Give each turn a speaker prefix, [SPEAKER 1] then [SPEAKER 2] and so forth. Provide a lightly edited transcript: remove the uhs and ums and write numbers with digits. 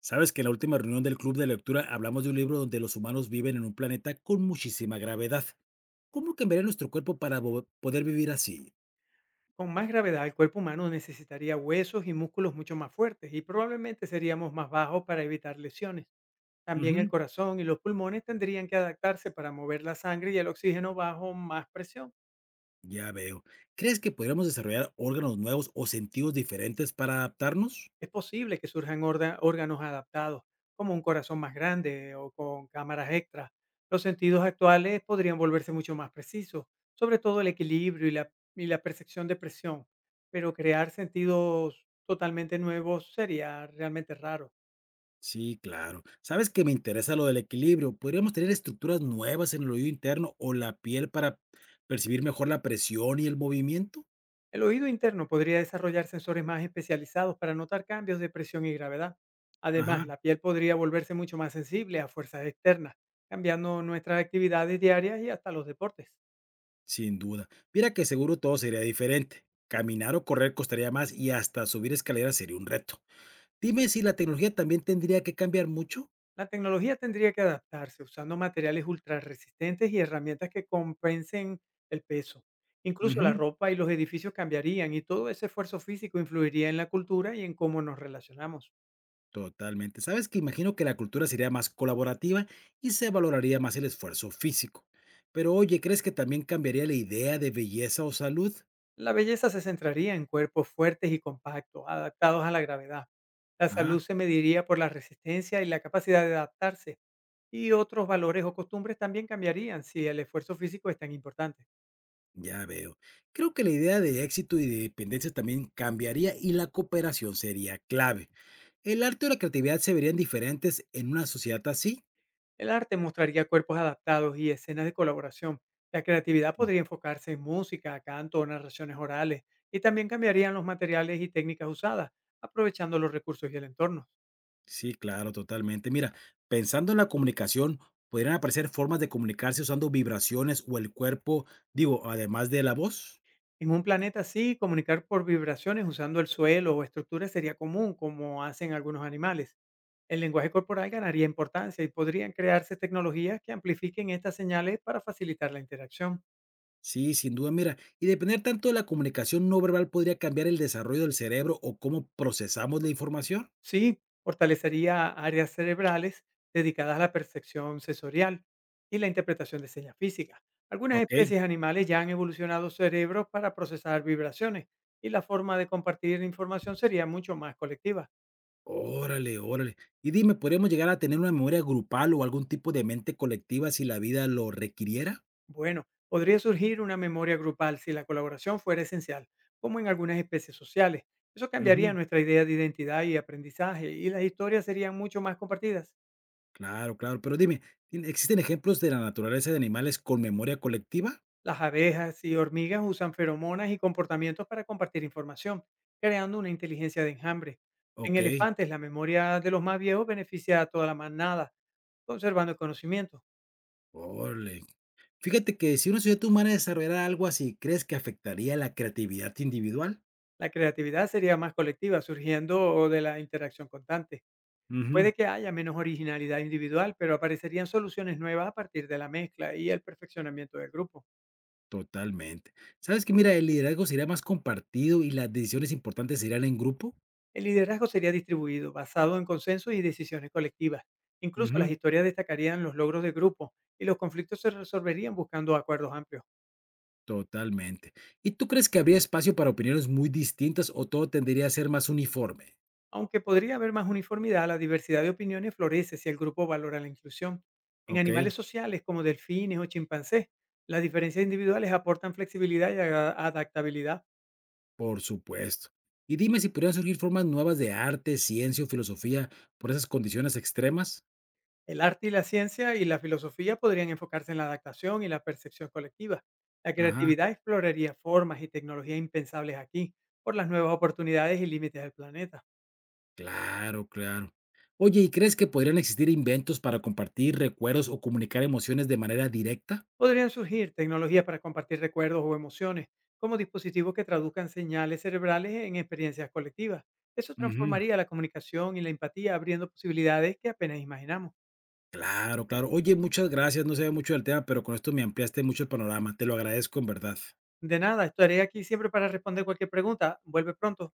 [SPEAKER 1] Sabes que en la última reunión del club de lectura hablamos de un libro donde los humanos viven en un planeta con muchísima gravedad. ¿Cómo cambiaría nuestro cuerpo para poder vivir así?
[SPEAKER 2] Con más gravedad, el cuerpo humano necesitaría huesos y músculos mucho más fuertes y probablemente seríamos más bajos para evitar lesiones. También el
[SPEAKER 1] Ujú,
[SPEAKER 2] corazón y los pulmones tendrían que adaptarse para mover la sangre y el oxígeno bajo más presión.
[SPEAKER 1] ya veo. ¿Crees que podríamos desarrollar órganos nuevos o sentidos diferentes para adaptarnos?
[SPEAKER 2] Es posible que surjan órganos adaptados, como un corazón más grande o con cámaras extras. Los sentidos actuales podrían volverse mucho más precisos, sobre todo el equilibrio y la percepción de presión, pero crear sentidos totalmente nuevos sería realmente raro.
[SPEAKER 1] Sí, claro. Sabes que me interesa lo del equilibrio. ¿Podríamos tener estructuras nuevas en el oído interno o la piel para percibir mejor la presión y el movimiento?
[SPEAKER 2] El oído interno podría desarrollar sensores más especializados para notar cambios de presión y gravedad.
[SPEAKER 1] Ajá.
[SPEAKER 2] Además, la piel podría volverse mucho más sensible a fuerzas externas, cambiando nuestras actividades diarias y hasta los deportes.
[SPEAKER 1] Sin duda. Mira que seguro todo sería diferente. Caminar o correr costaría más y hasta subir escaleras sería un reto. Dime si la tecnología también tendría que cambiar mucho.
[SPEAKER 2] La tecnología tendría que adaptarse usando materiales ultra resistentes y herramientas que compensen el peso. Incluso la
[SPEAKER 1] Ujú,
[SPEAKER 2] ropa y los edificios cambiarían y todo ese esfuerzo físico influiría en la cultura y en cómo nos relacionamos.
[SPEAKER 1] totalmente. Sabes que imagino que la cultura sería más colaborativa y se valoraría más el esfuerzo físico. Pero oye, ¿crees que también cambiaría la idea de belleza o salud?
[SPEAKER 2] La belleza se centraría en cuerpos fuertes y compactos, adaptados a la gravedad. La
[SPEAKER 1] Ajá,
[SPEAKER 2] salud se mediría por la resistencia y la capacidad de adaptarse, y otros valores o costumbres también cambiarían si el esfuerzo físico es tan importante.
[SPEAKER 1] ya veo. Creo que la idea de éxito y de dependencia también cambiaría y la cooperación sería clave. ¿El arte o la creatividad se verían diferentes en una sociedad así?
[SPEAKER 2] El arte mostraría cuerpos adaptados y escenas de colaboración. La creatividad podría enfocarse en música, canto o narraciones orales, y también cambiarían los materiales y técnicas usadas, aprovechando los recursos y el entorno.
[SPEAKER 1] Sí, claro, totalmente. Mira, pensando en la comunicación, podrían aparecer formas de comunicarse usando vibraciones o el cuerpo, digo, además de la voz.
[SPEAKER 2] En un planeta así, comunicar por vibraciones usando el suelo o estructuras sería común, como hacen algunos animales. El lenguaje corporal ganaría importancia y podrían crearse tecnologías que amplifiquen estas señales para facilitar la interacción.
[SPEAKER 1] Sí, sin duda, mira, y depender tanto de la comunicación no verbal podría cambiar el desarrollo del cerebro o cómo procesamos la información.
[SPEAKER 2] Sí, fortalecería áreas cerebrales dedicadas a la percepción sensorial y la interpretación de señas físicas. Algunas
[SPEAKER 1] Ok,
[SPEAKER 2] especies animales ya han evolucionado cerebros para procesar vibraciones y la forma de compartir información sería mucho más colectiva.
[SPEAKER 1] órale, órale. Y dime, ¿podríamos llegar a tener una memoria grupal o algún tipo de mente colectiva si la vida lo requiriera?
[SPEAKER 2] Bueno, podría surgir una memoria grupal si la colaboración fuera esencial, como en algunas especies sociales. Eso
[SPEAKER 1] Ujú,
[SPEAKER 2] cambiaría nuestra idea de identidad y aprendizaje, y las historias serían mucho más compartidas.
[SPEAKER 1] claro, claro, pero dime, ¿existen ejemplos de la naturaleza de animales con memoria colectiva?
[SPEAKER 2] Las abejas y hormigas usan feromonas y comportamientos para compartir información, creando una inteligencia de enjambre. En
[SPEAKER 1] Ok.
[SPEAKER 2] elefantes, la memoria de los más viejos beneficia a toda la manada, conservando el conocimiento.
[SPEAKER 1] Órale. Fíjate que si una sociedad humana desarrollara algo así, ¿crees que afectaría la creatividad individual?
[SPEAKER 2] La creatividad sería más colectiva, surgiendo de la interacción constante.
[SPEAKER 1] Ujú.
[SPEAKER 2] Puede que haya menos originalidad individual, pero aparecerían soluciones nuevas a partir de la mezcla y el perfeccionamiento del grupo.
[SPEAKER 1] Totalmente. ¿Sabes que mira, el liderazgo sería más compartido y las decisiones importantes serían en grupo?
[SPEAKER 2] El liderazgo sería distribuido, basado en consenso y decisiones colectivas. Incluso las
[SPEAKER 1] Ujú.
[SPEAKER 2] historias destacarían los logros de grupo y los conflictos se resolverían buscando acuerdos amplios.
[SPEAKER 1] Totalmente. ¿Y tú crees que habría espacio para opiniones muy distintas o todo tendría a ser más uniforme?
[SPEAKER 2] Aunque podría haber más uniformidad, la diversidad de opiniones florece si el grupo valora la inclusión. En
[SPEAKER 1] Ok.
[SPEAKER 2] animales sociales como delfines o chimpancés, las diferencias individuales aportan flexibilidad y adaptabilidad.
[SPEAKER 1] Por supuesto. Y dime si podrían surgir formas nuevas de arte, ciencia o filosofía por esas condiciones extremas.
[SPEAKER 2] El arte y la ciencia y la filosofía podrían enfocarse en la adaptación y la percepción colectiva. La
[SPEAKER 1] Ajá.
[SPEAKER 2] creatividad exploraría formas y tecnologías impensables aquí por las nuevas oportunidades y límites del planeta.
[SPEAKER 1] Claro, claro. Oye, ¿y crees que podrían existir inventos para compartir recuerdos o comunicar emociones de manera directa?
[SPEAKER 2] Podrían surgir tecnologías para compartir recuerdos o emociones, como dispositivos que traduzcan señales cerebrales en experiencias colectivas. Eso
[SPEAKER 1] Ujú,
[SPEAKER 2] transformaría la comunicación y la empatía, abriendo posibilidades que apenas imaginamos.
[SPEAKER 1] claro, claro. Oye, muchas gracias. No sé mucho del tema, pero con esto me ampliaste mucho el panorama. Te lo agradezco en verdad.
[SPEAKER 2] De nada, estaré aquí siempre para responder cualquier pregunta. Vuelve pronto.